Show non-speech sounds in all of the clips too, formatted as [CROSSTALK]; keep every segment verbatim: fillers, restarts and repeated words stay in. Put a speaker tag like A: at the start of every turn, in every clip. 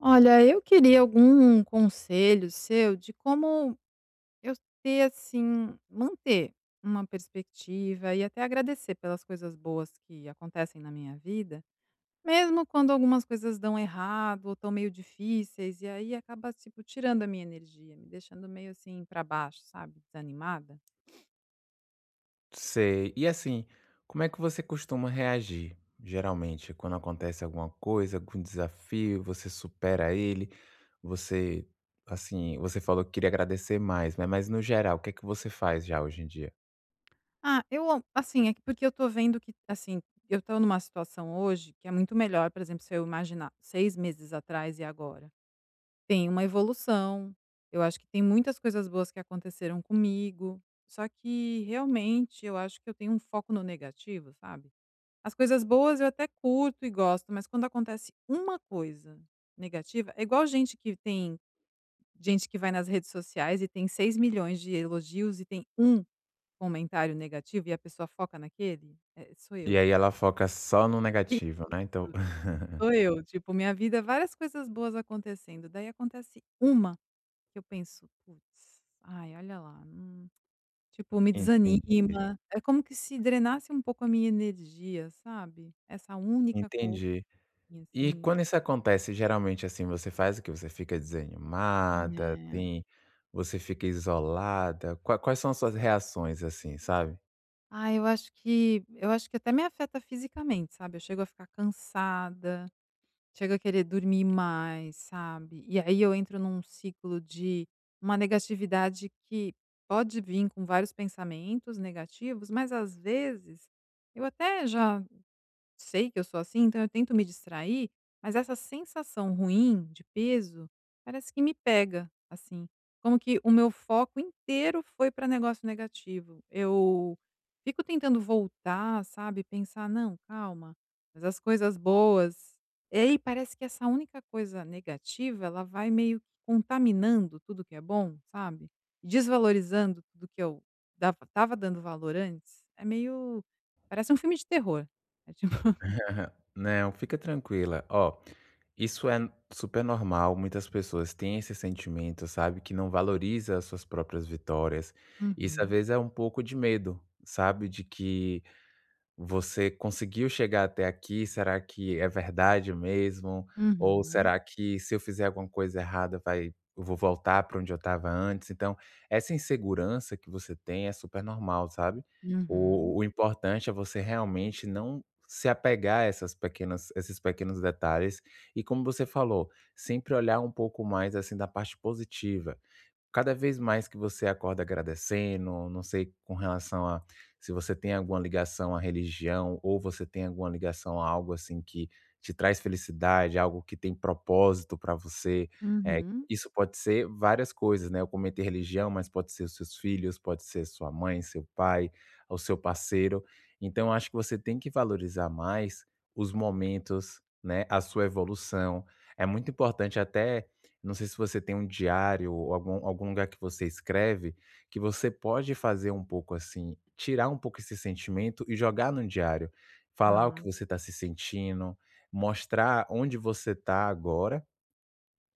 A: Olha, eu queria algum conselho seu de como eu ter, assim, manter uma perspectiva e até agradecer pelas coisas boas que acontecem na minha vida, mesmo quando algumas coisas dão errado ou estão meio difíceis, e aí acaba, tipo, tirando a minha energia, me deixando meio assim para baixo, sabe? Desanimada.
B: Sei. E assim, como é que você costuma reagir, geralmente, quando acontece alguma coisa, algum desafio, você supera ele, você, assim, você falou que queria agradecer mais, né, mas no geral, o que é que você faz já hoje em dia?
A: Ah, eu, assim, é que porque eu tô vendo que, assim, eu tô numa situação hoje que é muito melhor, por exemplo, se eu imaginar seis meses atrás e agora. Tem uma evolução. Eu acho que tem muitas coisas boas que aconteceram comigo, só que realmente eu acho que eu tenho um foco no negativo, sabe. As coisas boas eu até curto e gosto, mas quando acontece uma coisa negativa é igual gente que tem gente que vai nas redes sociais e tem seis milhões de elogios e tem um comentário negativo e a pessoa foca naquele. Eh, sou
B: E
A: eu.
B: aí ela foca só no
A: Isso,
B: negativo, né, então
A: sou
B: [LAUGHS]
A: eu. Tipo, minha vida várias coisas boas acontecendo, daí acontece uma. Que eu penso: "Putz, ai, olha lá, hum", tipo, me
B: entendi,
A: desanima. É como que se drenasse um pouco a minha energia, sabe? Essa única coisa,
B: entendi. E
A: assim.
B: quando isso acontece, geralmente, assim, você faz o que? Você fica desanimada,
A: É.
B: tem você fica isolada? Qua quais são as suas reações, assim, sabe?
A: Ah, eu acho que eu acho que até me afeta fisicamente, sabe? Eu chego a ficar cansada, chego a querer dormir mais, sabe? E aí eu entro num ciclo de uma negatividade que pode vir com vários pensamentos negativos, mas às vezes eu até já sei que eu sou assim, então eu tento me distrair, mas essa sensação ruim de peso parece que me pega, assim. Como que o meu foco inteiro foi para negócio negativo. Eu fico tentando voltar, sabe? Pensar, não, calma, mas as coisas boas. E aí parece que essa única coisa negativa, ela vai meio que contaminando tudo que é bom, sabe? Desvalorizando tudo que eu dava, tava dando valor antes. É meio. Parece um filme de terror. É tipo.
B: Aham. Não, fica tranquila. Ó, isso é super normal. Muitas pessoas têm esse sentimento, sabe, que não valoriza as suas próprias vitórias. Isso às
A: Uhum.
B: vezes é um pouco de medo, sabe, de que você conseguiu chegar até aqui, será que é verdade mesmo? Ou
A: Uhum.
B: será que se eu fizer alguma coisa errada vai eu vou voltar para onde eu estava antes? Então, essa insegurança que você tem é super normal, sabe.
A: Uhum.
B: O o importante é você realmente não se apegar a essas pequenas esses pequenos detalhes e como você falou, sempre olhar um pouco mais, assim, da parte positiva. Cada vez mais que você acorda agradecendo, não sei com relação a se você tem alguma ligação à religião ou você tem alguma ligação a algo assim que te traz felicidade, algo que tem propósito para você, eh,
A: Uhum.
B: isso pode ser várias coisas, né. Eu comentei religião, mas pode ser os seus filhos, pode ser sua mãe, seu pai, o seu parceiro. Então eu acho que você tem que valorizar mais os momentos, né, a sua evolução. É muito importante até não sei se você tem um diário ou algum algum lugar que você escreve, que você pode fazer um pouco assim, tirar um pouco esse sentimento e jogar no diário. Falar o que
A: Tá.
B: você está se sentindo, mostrar onde você está agora,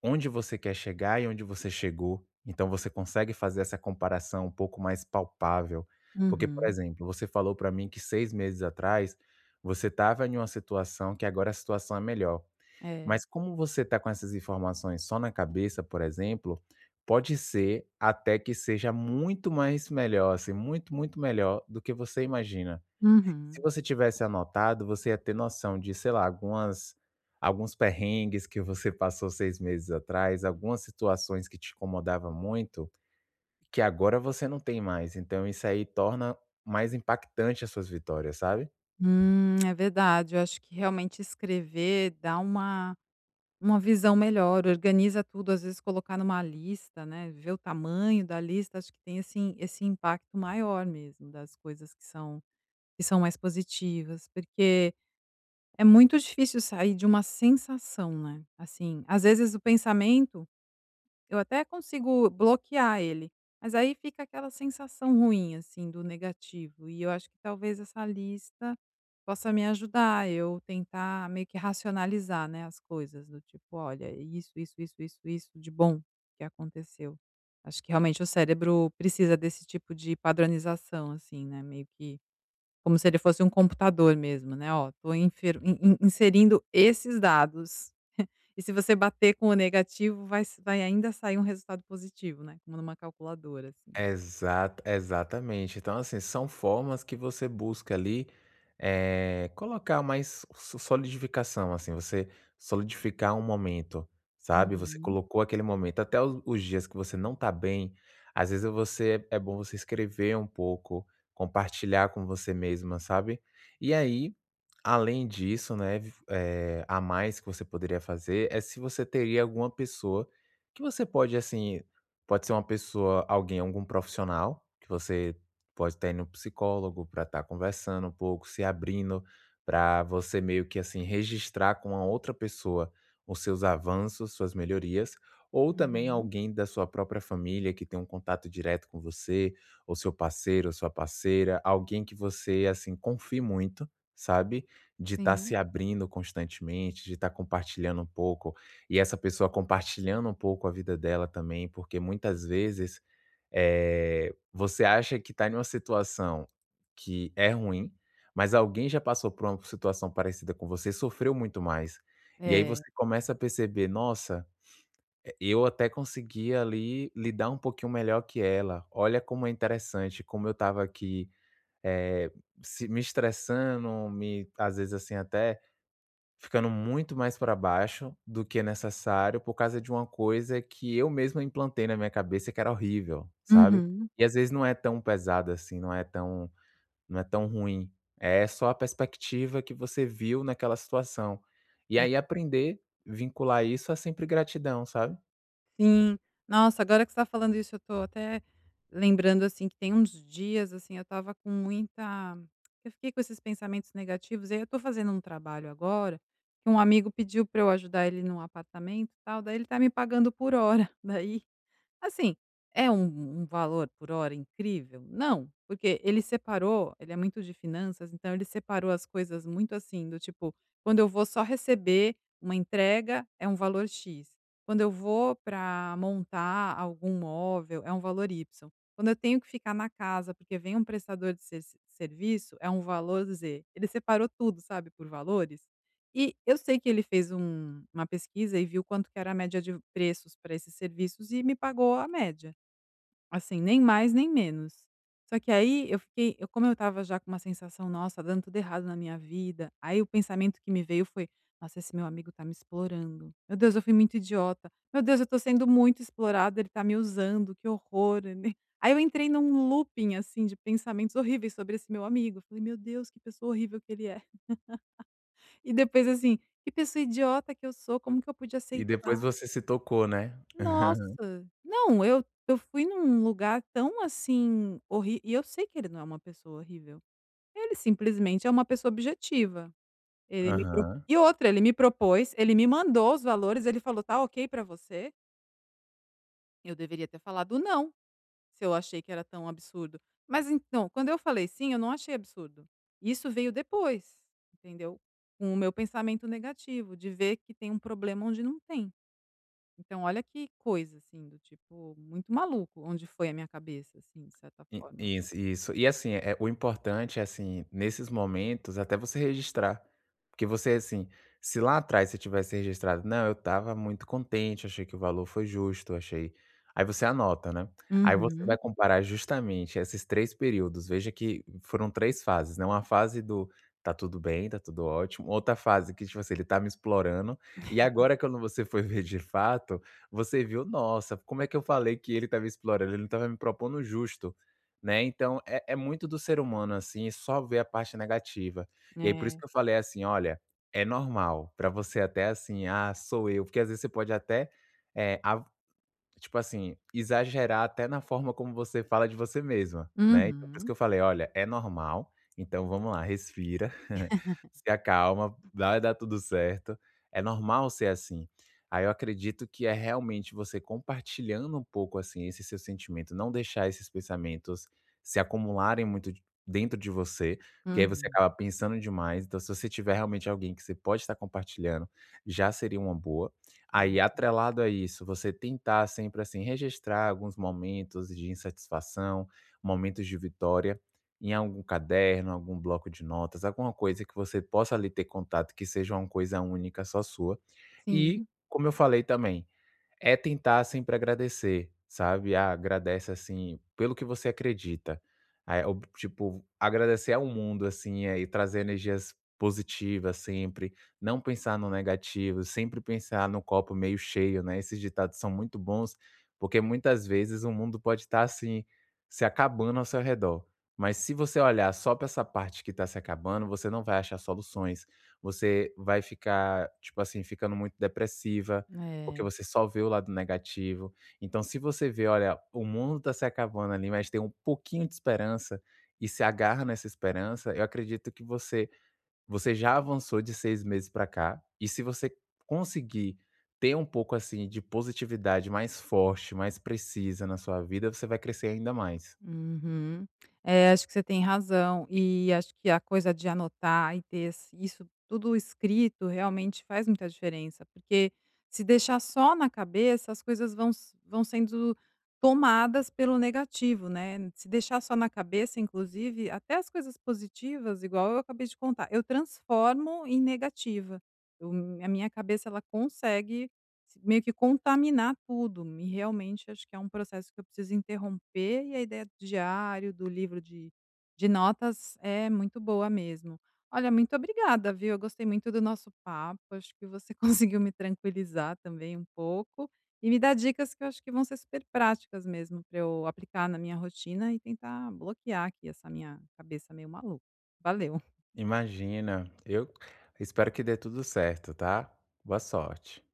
B: onde você quer chegar e onde você chegou. Então você consegue fazer essa comparação um pouco mais palpável. Porque, por
A: Uhum.
B: exemplo, você falou para mim que seis meses atrás, você estava em uma situação que agora a situação é melhor.
A: É.
B: Mas como você está com essas informações só na cabeça, por exemplo, pode ser até que seja muito mais melhor, assim, muito, muito melhor do que você imagina. Se
A: Uhum.
B: você tivesse anotado, você ia ter noção de, sei lá, algumas alguns perrengues que você [LAUGHS] passou seis meses atrás, algumas situações que te incomodava muito, que agora você não tem mais, então isso aí torna mais impactante as suas vitórias, sabe?
A: Hum, é verdade, eu acho que realmente escrever dá uma uma visão melhor, organiza tudo, às vezes colocar numa lista, né, ver o tamanho da lista, acho que tem assim esse impacto maior mesmo das coisas que são que são mais positivas, porque é muito difícil sair de uma sensação, né, assim, às vezes o pensamento. Eu até consigo bloquear ele, mas aí fica aquela sensação ruim, assim, do negativo. E eu acho que talvez essa lista possa me ajudar, eu tentar meio que racionalizar, né, as coisas, do tipo, olha, isso, isso, isso, isso, isso de bom que aconteceu. Acho que realmente o cérebro precisa desse tipo de padronização, assim, né? Meio que como se ele fosse um computador mesmo, né? Ó, tô infer- in- in- inserindo esses dados. E se você bater com o negativo, vai s vai ainda sair um resultado positivo, né, como numa calculadora, assim.
B: Exato, exatamente. Então, assim, são formas que você busca ali, eh, colocar mais so solidificação, assim, você solidificar um momento, sabe. Você
A: Uhum.
B: colocou aquele momento, até os os dias que você não tá bem, às vezes você é bom você escrever um pouco, compartilhar com você mesma, sabe. E aí, além disso, né, v eh, a mais que você poderia fazer é se você teria alguma pessoa que você pode, assim. Pode ser uma pessoa, alguém, algum profissional, que você pode estar indo no psicólogo para estar conversando um pouco, se abrindo, para você meio que assim registrar com a outra pessoa os seus avanços, suas melhorias, ou também
A: Uhum.
B: alguém da sua própria família que tem um contato direto com você, ou seu parceiro, ou sua parceira, alguém que você assim confie muito, sabe? De estar
A: Sim.
B: se abrindo constantemente, de estar compartilhando um pouco e essa pessoa compartilhando um pouco a vida dela também, porque muitas vezes, eh, você acha que está em uma situação que é ruim, mas alguém já passou por uma situação parecida com você, sofreu muito mais. E aí
A: É.
B: você começa a perceber: "Nossa, eh, eu até consegui ali lidar um pouquinho melhor que ela. Olha como é interessante, como eu estava aqui, eh, se me estressando, me às vezes assim até ficando muito mais para baixo do que é necessário, por causa de uma coisa que eu mesmo implantei na minha cabeça que era horrível, sabe.
A: Uhum.
B: E às vezes não é tão pesado assim, não é tão não é tão ruim, é só a perspectiva que você viu naquela situação. E
A: É.
B: aí aprender, vincular isso a sempre gratidão, sabe".
A: Sim. Nossa, agora que você tá falando isso, eu tô até lembrando, assim, que tem uns dias, assim, eu estava com muita eu fiquei com esses pensamentos negativos, e aí eu tô fazendo um trabalho agora, que um amigo pediu pra eu ajudar ele num apartamento, e tal, daí ele tá me pagando por hora, [LAUGHS] daí. Assim, é um um valor por hora incrível? Não, porque ele separou ele é muito de finanças, então ele separou as coisas muito assim, do tipo, quando eu vou só receber uma entrega, é um valor "X", quando eu vou para montar algum móvel, é um valor "Y", quando eu tenho que ficar na casa, porque vem um prestador de ser serviço, é um valor "Z". Ele separou tudo, sabe, por valores. E eu sei que ele fez um uma pesquisa e viu quanto que era a média de preços para esses serviços e me pagou a média, assim, nem mais nem menos. Só que aí eu fiquei eu como eu estava já com uma sensação: "Nossa, tá dando tudo errado na minha vida", aí o pensamento que me veio foi: "Nossa, esse meu amigo tá me explorando. Meu Deus, eu fui muito idiota. Meu Deus, eu tô sendo muito explorada, ele tá me usando, que horror", [LAUGHS] Aí eu entrei num looping, assim, de pensamentos horríveis sobre esse meu amigo. Eu falei: "Meu Deus, que pessoa horrível que ele é". E depois assim: "Que pessoa idiota que eu sou, como que eu pude
B: E depois
A: aceitar?"
B: você se tocou, né. [LAUGHS]
A: Nossa! Não, eu eu fui num lugar tão, assim, horrível. E eu sei que ele não é uma pessoa horrível. Ele simplesmente é uma pessoa objetiva. Ele me pro
B: Aham.
A: E outra, ele me propôs, ele me mandou os valores, ele falou: "Tá ok pra você?" Eu deveria ter falado "não", se eu achei que era tão absurdo. Mas então, quando eu falei "sim", eu não achei absurdo. Isso veio depois, entendeu? Com o meu pensamento negativo, de ver que tem um problema onde não tem. Então olha que coisa, assim, do tipo, muito maluco onde foi a minha cabeça, assim, de certa
B: I
A: forma.
B: Isso, isso. E assim, é o importante é assim, nesses momentos, até você registrar. Porque você assim, se lá atrás você tivesse registrado: "Não, eu estava muito contente, achei que o valor foi justo, achei", aí você anota, né. Aí você vai
A: Uhum.
B: comparar justamente esses três períodos, veja que foram três fases, né, uma fase do "tá tudo bem, tá tudo ótimo", outra fase que, tipo assim, ele tá me explorando, e agora quando você foi [LAUGHS] ver de fato, você viu: "Nossa, como é que eu falei que ele tá me explorando? Ele não estava me propondo justo". Né, então é é muito do ser humano, assim, só ver a parte negativa. E aí por isso
A: É.
B: que eu falei assim: "Olha, é normal para você até assim, ah, sou eu", porque às vezes você pode até, eh, tipo assim, exagerar até na forma como você fala de você mesma, né, então por isso que
A: Uhum.
B: eu falei: "Olha, é normal, então vamos lá, respira, [LAUGHS] se acalma, vai dar tudo certo, é normal ser assim". Aí eu acredito que é realmente você compartilhando um pouco, assim, esse seu sentimento, não deixar esses pensamentos se acumularem muito d dentro de você, porque aí você
A: Uhum.
B: acaba pensando demais, então se você tiver realmente alguém que você pode estar compartilhando, já seria uma boa.
A: Hum,
B: Aí,
A: é.
B: atrelado a isso, você tentar sempre, assim, registrar alguns momentos de insatisfação, momentos de vitória, em algum caderno, algum bloco de notas, alguma coisa que você possa ali ter contato, que seja uma coisa única só sua. E,
A: Sim.
B: como eu falei também, é tentar sempre agradecer, sabe. Ah, agradece, assim, pelo que você acredita. Eh, ob Tipo, agradecer ao mundo, assim, eh, e trazer energias positivas sempre, não pensar no negativo, sempre pensar no copo meio cheio, né. Esses ditados são muito bons, porque muitas vezes o mundo pode estar, assim, se acabando ao seu redor, mas se você olhar só para essa parte que está se acabando, você não vai achar soluções, você vai ficar, tipo assim, ficando muito depressiva, porque
A: É.
B: você só vê o lado negativo. Então, se você vê: "Olha, o mundo está se acabando ali, mas tem um pouquinho de esperança", e se agarra nessa esperança, eu acredito que você você já avançou de seis meses para cá, e se você conseguir ter um pouco, assim, de positividade mais forte, mais precisa na sua vida, você vai crescer ainda mais.
A: Uhum. É, acho que você tem razão. E acho que a coisa de anotar e ter esse- isso tudo escrito realmente faz muita diferença, porque se deixar só na cabeça, as coisas vão, s- vão sendo tomadas pelo negativo, né? Se deixar só na cabeça, inclusive, até as coisas positivas, igual eu acabei de contar, eu transformo em negativa. Eu- a minha cabeça ela consegue se meio que contaminar tudo, e realmente acho que é um processo que eu preciso interromper, e a ideia do diário, do livro de de notas é muito boa mesmo. Olha, muito obrigada, viu, eu gostei muito do nosso papo, acho que você [LAUGHS] conseguiu me tranquilizar também um pouco, e me dar dicas que eu acho que vão ser super práticas mesmo para eu aplicar na minha rotina e tentar bloquear aqui essa minha cabeça meio maluca. Valeu.
B: Imagina, eu espero que dê tudo certo, tá? Boa sorte.